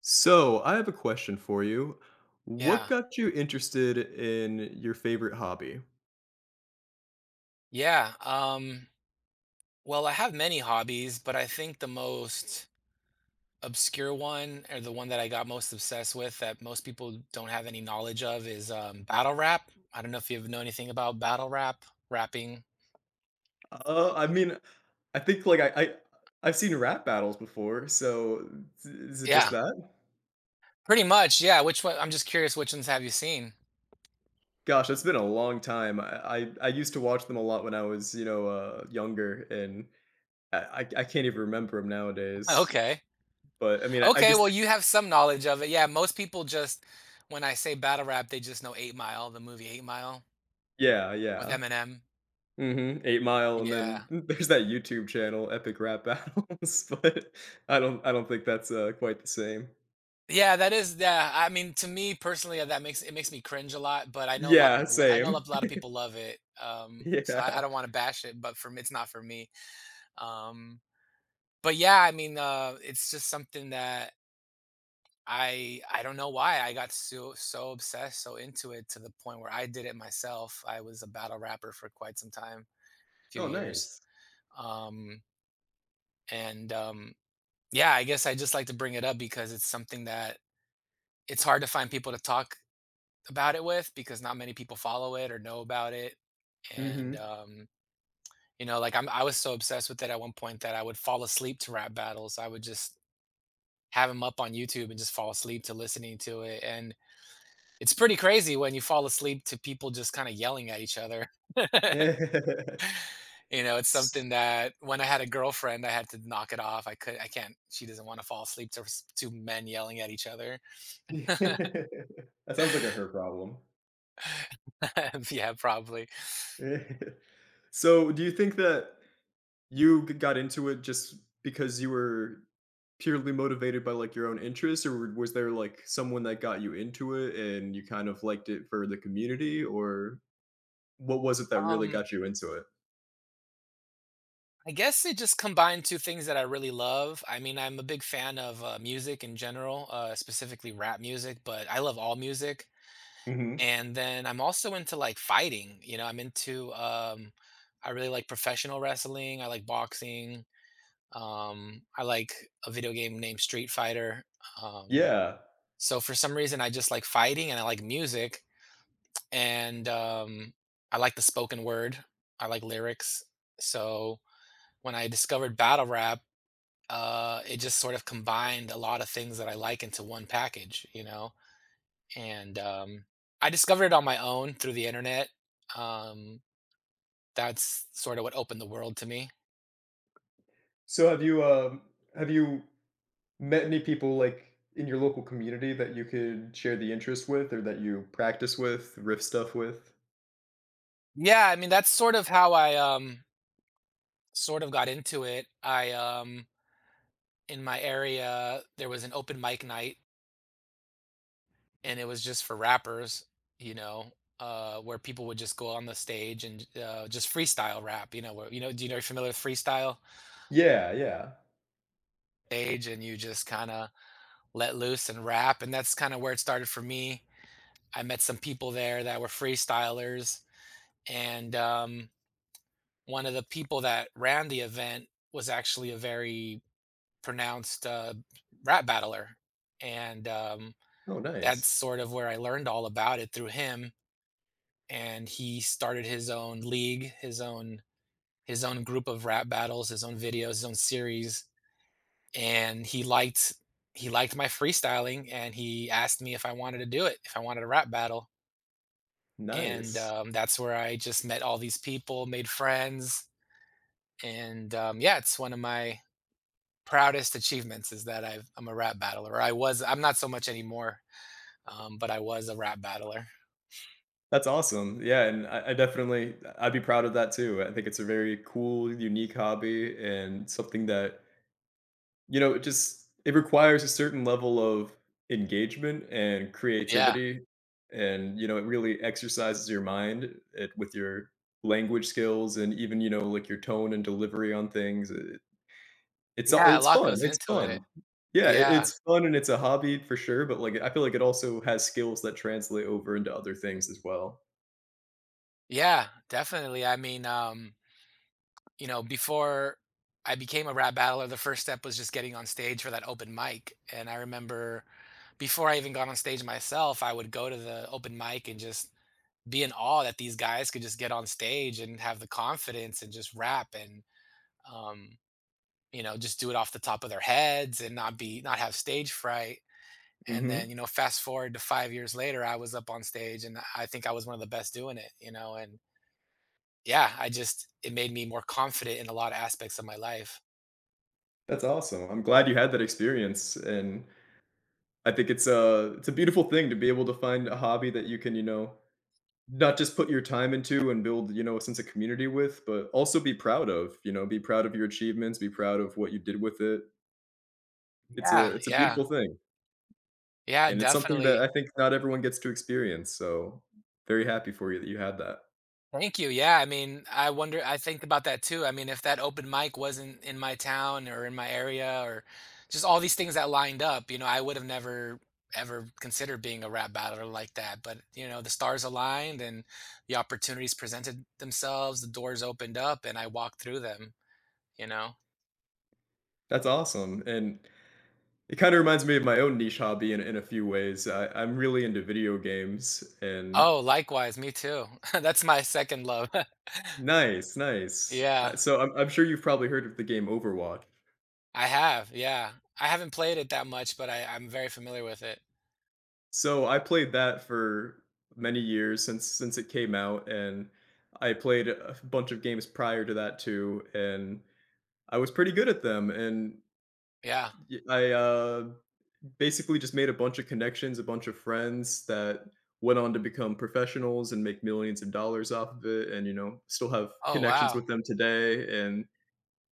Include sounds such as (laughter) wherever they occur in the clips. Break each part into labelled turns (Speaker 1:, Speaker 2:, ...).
Speaker 1: So, I have a question for you. What
Speaker 2: Yeah.
Speaker 1: got you interested in your favorite hobby?
Speaker 2: Yeah. Well, I have many hobbies, but I think the most obscure one, or the one that I got most obsessed with that most people don't have any knowledge of, is battle rap. I don't know if you know anything about battle rap, rapping.
Speaker 1: I mean, I think like I I've seen rap battles before, so is it just
Speaker 2: Yeah,
Speaker 1: that?
Speaker 2: pretty much. Yeah. Which one? I'm just curious, which ones have you seen? (laughs)
Speaker 1: Gosh, it's been a long time. I used to watch them a lot when I was younger, and I can't even remember them nowadays.
Speaker 2: Okay.
Speaker 1: But I mean, I
Speaker 2: Okay.
Speaker 1: guess
Speaker 2: Well, you have some knowledge of it. Yeah. Most people just, when I say battle rap, they just know Eight Mile, the movie Eight Mile
Speaker 1: yeah,
Speaker 2: with
Speaker 1: yeah.
Speaker 2: Eminem.
Speaker 1: Eight Mile, and then
Speaker 2: Yeah.
Speaker 1: (laughs) there's that YouTube channel, Epic Rap Battles. (laughs) But I don't think that's quite the same.
Speaker 2: Yeah, that is yeah, I mean, to me personally, that makes it makes me cringe a lot, but I know a lot of
Speaker 1: Yeah,
Speaker 2: people I know a
Speaker 1: same.
Speaker 2: lot of
Speaker 1: (laughs)
Speaker 2: people love it. So I
Speaker 1: Yeah.
Speaker 2: don't wanna bash it, but for me, it's not for me. Um, but yeah, I mean, it's just something that I don't know why I got so obsessed, so into it to the point where I did it myself. I was a battle rapper for quite some time, few
Speaker 1: Oh,
Speaker 2: years.
Speaker 1: nice.
Speaker 2: Um, and yeah, I guess I just like to bring it up because it's something that it's hard to find people to talk about it with because not many people follow it or know about it. And
Speaker 1: Mhm.
Speaker 2: you know, like I was so obsessed with it at one point that I would fall asleep to rap battles. I would just have them up on YouTube and just fall asleep to listening to it. And it's pretty crazy when you fall asleep to people just kind of yelling at each other. (laughs) you
Speaker 1: (laughs)
Speaker 2: know, it's something that when I had a girlfriend, I had to knock it off. I could, I can't. She doesn't want to fall asleep to men yelling at each other. (laughs)
Speaker 1: That sounds like a her problem.
Speaker 2: yeah, probably.
Speaker 1: (laughs) So, do you think that you g got into it just because you were purely motivated by, like, your own interests, or was there, like, someone that got you into it and you kind of liked it for the community, or what was it that really
Speaker 2: Um,
Speaker 1: got you into it?
Speaker 2: I guess it just combined two things that I really love. I mean, I'm a big fan of music in general, specifically rap music, but I love all music.
Speaker 1: Mhm.
Speaker 2: And then I'm also into like fighting. You know, I really like professional wrestling. I like boxing. I like a video game named Street Fighter. Um,
Speaker 1: Yeah.
Speaker 2: so for some reason, I just like fighting and I like music. And I like the spoken word, I like lyrics. So when I discovered battle rap, it just sort of combined a lot of things that I like into one package, you know? And I discovered it on my own through the internet. Um, that's sort of what opened the world to me.
Speaker 1: So have you, have you met any people like in your local community that you could share the interest with or that you practice with, riff stuff with?
Speaker 2: Yeah, I mean that's sort of how I sort of got into it. I In my area there was an open mic night, and it was just for rappers, you know, where people would just go on the stage and just freestyle rap. You know, where, you know, you're familiar with freestyle
Speaker 1: Yeah, yeah.
Speaker 2: stage, and you just kind of let loose and rap, and that's kind of where it started for me. I met some people there that were freestylers, and one of the people that ran the event was actually a very pronounced rap battler, and
Speaker 1: Oh,
Speaker 2: that's
Speaker 1: nice.
Speaker 2: sort of where I learned all about it through him, and he started his own league, his own group of rap battles, his own videos, his own series, and he liked my freestyling, and he asked me if I wanted to do it, if I wanted a rap battle. And
Speaker 1: Nice.
Speaker 2: that's where I just met all these people, made friends, and yeah, it's one of my proudest achievements is that I'm a rap battler. I'm not so much anymore, but I was a rap battler.
Speaker 1: That's awesome. Yeah, and I definitely I'd be proud of that too. I think it's a very cool, unique hobby and something that, you know, it just it requires a certain level of engagement and
Speaker 2: Yeah,
Speaker 1: creativity, and, you know, it really exercises your mind, it with your language skills and even, you know, like, your tone and delivery on things,
Speaker 2: yeah, a
Speaker 1: it's
Speaker 2: lot
Speaker 1: fun,
Speaker 2: goes
Speaker 1: it's
Speaker 2: into it.
Speaker 1: fun. Yeah,
Speaker 2: Yeah.
Speaker 1: it's fun and it's a hobby for sure, but, like, I feel like it also has skills that translate over into other things as well.
Speaker 2: Yeah, definitely. I mean, you know, before I became a rap battler, the first step was just getting on stage for that open mic. And I remember before I even got on stage myself, I would go to the open mic and just be in awe that these guys could just get on stage and have the confidence and just rap and um, you know, just do it off the top of their heads and not have stage fright. And then,
Speaker 1: Mhm.
Speaker 2: you know, fast forward to 5 years later, I was up on stage and I think I was one of the best doing it, you know. And yeah, I just it made me more confident in a lot of aspects of my life.
Speaker 1: That's awesome, I'm glad you had that experience, and I think it's a beautiful thing to be able to find a hobby that you can, you know, not just put your time into and build, you know, a sense of community with, but also be proud of, you know, be proud of your achievements, be proud of what you did with it.
Speaker 2: Yeah,
Speaker 1: It's a
Speaker 2: yeah.
Speaker 1: beautiful thing,
Speaker 2: Yeah,
Speaker 1: and it's something that I
Speaker 2: definitely.
Speaker 1: think not everyone gets to experience, so very happy for you that you had that.
Speaker 2: Thank you. Yeah, I mean, I think about that too. I mean, if that open mic wasn't in my town or in my area or just all these things that lined up, you know, I would have never ever considered being a rap battler like that. But, you know, the stars aligned and the opportunities presented themselves, the doors opened up and I walked through them, you know?
Speaker 1: That's awesome, and it kinda reminds me of my own niche hobby in a few ways. I'm really into video games and
Speaker 2: Oh, likewise, me too. (laughs) That's my second love. (laughs)
Speaker 1: nice, nice.
Speaker 2: Yeah.
Speaker 1: So I'm sure you've probably heard of the game Overwatch.
Speaker 2: I have, yeah. I haven't played it that much, but I'm very familiar with it.
Speaker 1: So I played that for many years since it came out, and I played a bunch of games prior to that too, and I was pretty good at them. And
Speaker 2: Yeah.
Speaker 1: I basically just made a bunch of connections, a bunch of friends that went on to become professionals and make millions of dollars off of it, and you know still have
Speaker 2: Oh,
Speaker 1: connections
Speaker 2: wow.
Speaker 1: with them today. And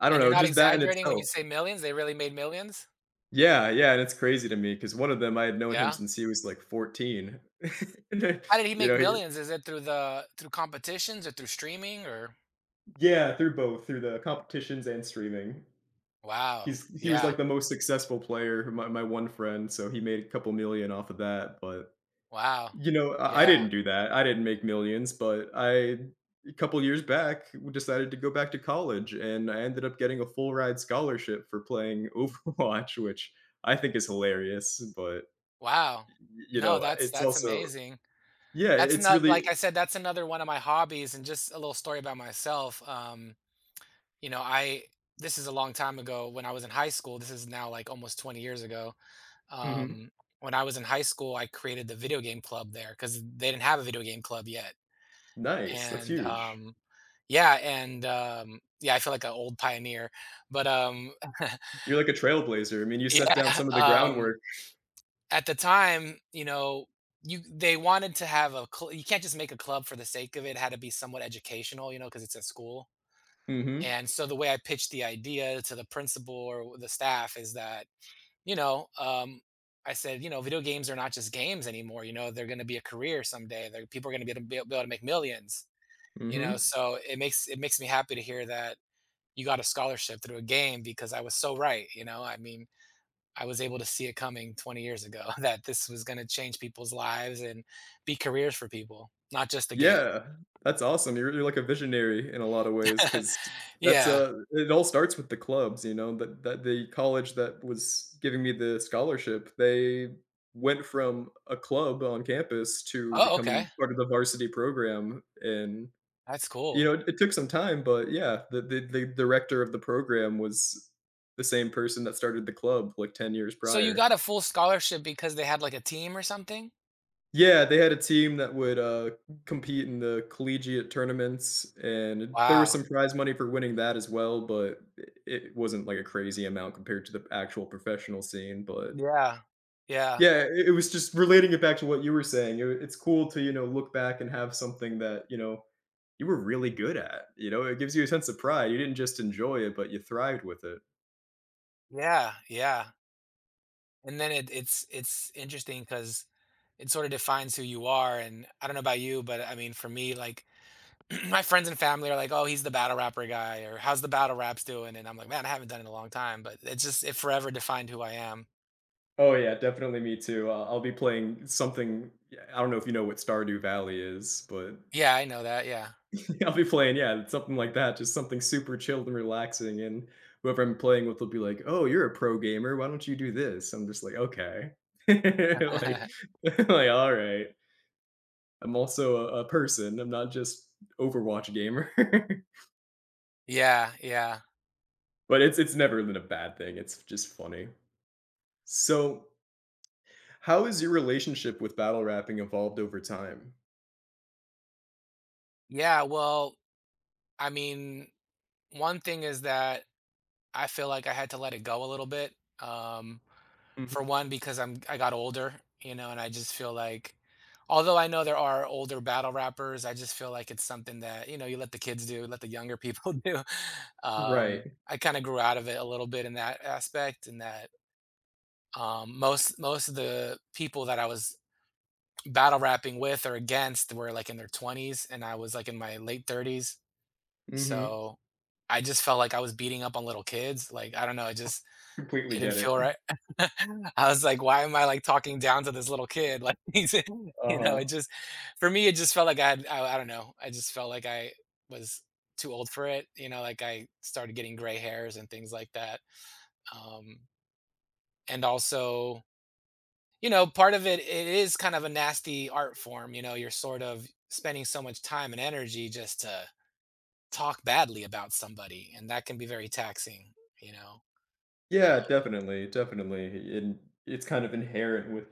Speaker 1: I don't
Speaker 2: And you're
Speaker 1: know,
Speaker 2: not
Speaker 1: just that in
Speaker 2: exaggerating when you
Speaker 1: itself.
Speaker 2: say millions? They really made millions?
Speaker 1: Yeah, yeah, and it's crazy to me because one of them I had known him
Speaker 2: Yeah?
Speaker 1: since he was like 14. (laughs)
Speaker 2: How did he
Speaker 1: you
Speaker 2: make
Speaker 1: know, he,
Speaker 2: millions? Is it through the through competitions or through streaming, or
Speaker 1: Yeah, through both, through the competitions and streaming.
Speaker 2: wow.
Speaker 1: He was like
Speaker 2: Yeah.
Speaker 1: the most successful player, my one friend, so he made a couple million off of that, but
Speaker 2: Wow.
Speaker 1: you know, I
Speaker 2: Yeah.
Speaker 1: didn't do that. I didn't make millions, but I a couple years back we decided to go back to college and I ended up getting a full ride scholarship for playing (laughs) Overwatch, which I think is hilarious, but
Speaker 2: Wow.
Speaker 1: you
Speaker 2: No,
Speaker 1: know,
Speaker 2: that's
Speaker 1: it's also
Speaker 2: amazing.
Speaker 1: yeah,
Speaker 2: That's
Speaker 1: it's
Speaker 2: not
Speaker 1: really
Speaker 2: like I said, that's another one of my hobbies and just a little story about myself. You know, I this is a long time ago when I was in high school. This is now like almost 20 years ago.
Speaker 1: mhm.
Speaker 2: Um, when I was in high school, I created the video game club there because they didn't have a video game club yet.
Speaker 1: Nice. That's
Speaker 2: And
Speaker 1: huge.
Speaker 2: yeah, and yeah, I feel like an old pioneer, but
Speaker 1: You're like a trailblazer. I mean, you
Speaker 2: (laughs)
Speaker 1: set down
Speaker 2: yeah,
Speaker 1: some of the groundwork.
Speaker 2: at the time, you know, you they wanted to have a you can't just make a club for the sake of it. It had to be somewhat educational, you know, because it's at school.
Speaker 1: Mhm.
Speaker 2: And so the way I pitched the idea to the principal or the staff is that you know, um, I said, you know, video games are not just games anymore. You know, they're going to be a career someday. People are going to be able to make millions. You know,
Speaker 1: Mhm.
Speaker 2: so it makes me happy to hear that you got a scholarship through a game because I was so right. You know, I mean, I was able to see it coming 20 years ago (laughs) that this was going to change people's lives and be careers for people, not just a game.
Speaker 1: Yeah. That's awesome. You're like a visionary in a lot of ways, because
Speaker 2: (laughs)
Speaker 1: that's,
Speaker 2: yeah.
Speaker 1: it all starts with the clubs, you know, that the college that was giving me the scholarship, they went from a club on campus to
Speaker 2: Oh,
Speaker 1: becoming
Speaker 2: okay.
Speaker 1: part of the varsity program, and,
Speaker 2: That's
Speaker 1: you know,
Speaker 2: cool.
Speaker 1: it took some time, but yeah, the director of the program was the same person that started the club, like, 10 years
Speaker 2: So you
Speaker 1: prior.
Speaker 2: got a full scholarship because they had like a team or something?
Speaker 1: Yeah, they had a team that would, compete in the collegiate tournaments, and there was
Speaker 2: Wow.
Speaker 1: some prize money for winning that as well, but it wasn't, like, a crazy amount compared to the actual professional scene, but
Speaker 2: Yeah. Yeah.
Speaker 1: yeah, it was just relating it back to what you were saying, it's cool to, you know, look back and have something that, you know, you were really good at, you know? It gives you a sense of pride, you didn't just enjoy it, but you thrived with it.
Speaker 2: Yeah, yeah. And then it's interesting because it sort of defines who you are. And I don't know about you, but I mean, for me, like (clears throat) my friends and family are like, "Oh, he's the battle rapper guy," or "How's the battle raps doing?" And I'm like, "Man, I haven't done it in a long time." But it forever defined who I am.
Speaker 1: Oh, yeah, definitely me too, I'll be playing something yeah, I don't know if you know what Stardew Valley is, but
Speaker 2: Yeah, I know that. Yeah,
Speaker 1: (laughs) I'll be playing, yeah, something like that, just something super chilled and relaxing, and whoever I'm playing with will be like, "Oh, you're a pro gamer. Why don't you do this?" I'm just like, "Okay." (laughs) Like
Speaker 2: (laughs)
Speaker 1: (laughs) like, "All right. I'm also a person. I'm not just Overwatch gamer." (laughs)
Speaker 2: yeah, yeah,
Speaker 1: But it's never been a bad thing. It's just funny. So, how has your relationship with battle rapping evolved over time?
Speaker 2: yeah. Well, I mean, one thing is that I feel like I had to let it go a little bit. Um, For
Speaker 1: Mhm.
Speaker 2: one, because I got older, you know, and I just feel like although I know there are older battle rappers, I just feel like it's something that, you know, you let the kids do, let the younger people (laughs) do.
Speaker 1: Right.
Speaker 2: I kind of grew out of it a little bit in that aspect. In that most of the people that I was battle rapping with or against were like in their 20s and I was like in my late 30s.
Speaker 1: Mhm.
Speaker 2: So I just felt like I was beating up on little kids. Like I don't know, it just
Speaker 1: Completely
Speaker 2: didn't
Speaker 1: get it.
Speaker 2: feel right. (laughs) I was like, "Why am I, like, talking down to this little kid?" Like, (laughs) he's you know, it
Speaker 1: Uh-huh.
Speaker 2: just for me, it just felt like I don't know, I just felt like I was too old for it, you know, like, I started getting gray hairs and things like that, um, and also, you know, part of it is kind of a nasty art form, you know, you're sort of spending so much time and energy just to talk badly about somebody, and that can be very taxing, you know?
Speaker 1: Yeah,
Speaker 2: Um
Speaker 1: definitely, definitely, and it's kind of inherent with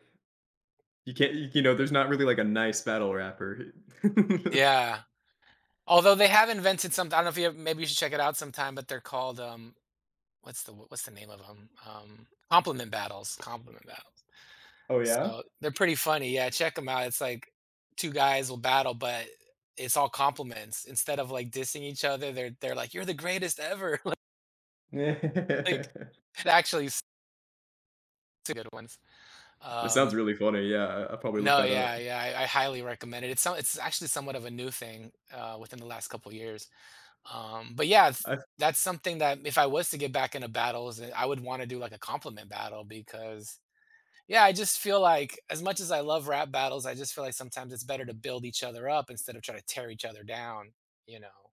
Speaker 1: you can't you know, there's not really, like, a nice battle rapper. (laughs)
Speaker 2: Yeah. Although they have invented something, I don't know if you have, maybe you should check it out sometime, but they're called, what's the name of 'em? Compliment battles, compliment battles.
Speaker 1: Oh, yeah?
Speaker 2: So they're pretty funny. Yeah, check them out. It's like two guys will battle, but it's all compliments. Instead of, like, dissing each other, they're like, "You're the greatest ever." (laughs) Like,
Speaker 1: (laughs)
Speaker 2: it actually, s two good ones.
Speaker 1: That sounds
Speaker 2: Um,
Speaker 1: really funny, yeah, I'll probably look
Speaker 2: no,
Speaker 1: that up.
Speaker 2: yeah, yeah, I highly recommend it. It's actually somewhat of a new thing, within the last couple years. But yeah,
Speaker 1: I
Speaker 2: that's something that if I was to get back into battles, I would want to do like a compliment battle because yeah, I just feel like as much as I love rap battles, I just feel like sometimes it's better to build each other up instead of try to tear each other down, you know.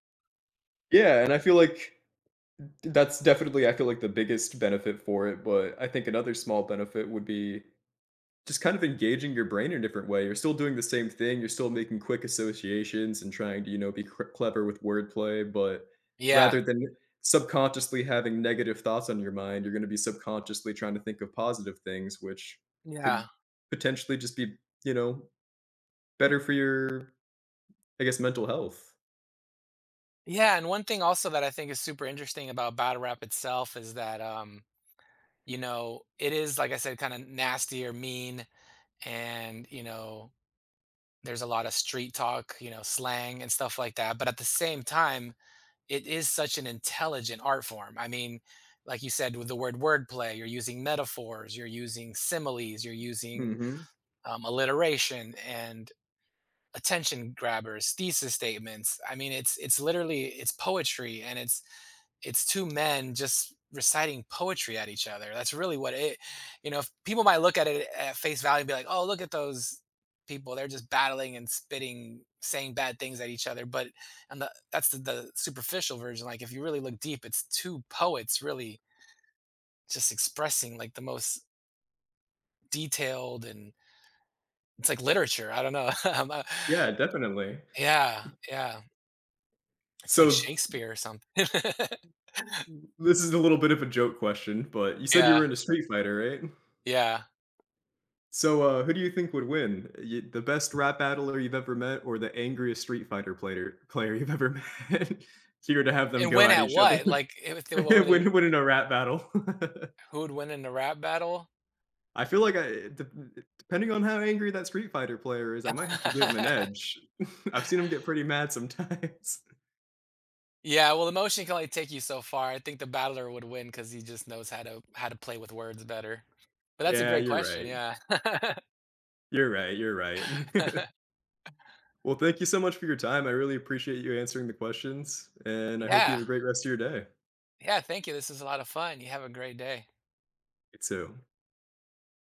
Speaker 1: Yeah, and I feel like that's definitely I feel like the biggest benefit for it, but I think another small benefit would be just kind of engaging your brain in a different way. You're still doing the same thing. You're still making quick associations and trying to, you know, be clever with wordplay. But
Speaker 2: Yeah.
Speaker 1: rather than subconsciously having negative thoughts on your mind, you're going to be subconsciously trying to think of positive things, which could
Speaker 2: Yeah.
Speaker 1: potentially just be, you know, better for your, I guess, mental health.
Speaker 2: Yeah, and one thing also that I think is super interesting about battle rap itself is that you know, it is like I said kind of nasty or mean and, you know, there's a lot of street talk, you know, slang and stuff like that, but at the same time it is such an intelligent art form. I mean, like you said, with the word wordplay, you're using metaphors, you're using similes, you're using
Speaker 1: Hmm.
Speaker 2: alliteration and attention grabbers, thesis statements. I mean, it's literally it's poetry, and it's two men just reciting poetry at each other. That's really what it, you know, if people might look at it at face value and be like, oh, look at those people. They're just battling and spitting, saying bad things at each other. But, that's the superficial version. Like, if you really look deep, it's two poets really just expressing like the most detailed and it's like literature. I don't know. (laughs)
Speaker 1: Yeah, definitely.
Speaker 2: Yeah. Yeah. It's like
Speaker 1: So
Speaker 2: Shakespeare or something. (laughs)
Speaker 1: this is a little bit of a joke question, but you said you were
Speaker 2: yeah.
Speaker 1: in a Street Fighter, right?
Speaker 2: Yeah.
Speaker 1: So, who do you think would win? Y The best rap battler you've ever met or the angriest Street Fighter player you've ever met? (laughs) Here to have them
Speaker 2: And
Speaker 1: go
Speaker 2: when
Speaker 1: at
Speaker 2: at
Speaker 1: each other,
Speaker 2: what? Like, if they, what
Speaker 1: (laughs)
Speaker 2: were they
Speaker 1: win in a rap battle. (laughs)
Speaker 2: Who would win in a rap battle?
Speaker 1: I feel like I dep depending on how angry that Street Fighter player is, I might have to give him an
Speaker 2: (laughs)
Speaker 1: edge. (laughs) I've seen him get pretty mad sometimes. (laughs)
Speaker 2: Yeah, well, emotion can only take you so far. I think the battler would win because he just knows how to play with words better. But that's a
Speaker 1: Yeah,
Speaker 2: great
Speaker 1: you're
Speaker 2: question,
Speaker 1: right.
Speaker 2: yeah. (laughs)
Speaker 1: You're right. (laughs) Well, thank you so much for your time. I really appreciate you answering the questions, and I hope you
Speaker 2: Yeah.
Speaker 1: have a great rest of your day.
Speaker 2: Yeah, thank you, this is a lot of fun. You have a great day.
Speaker 1: You too.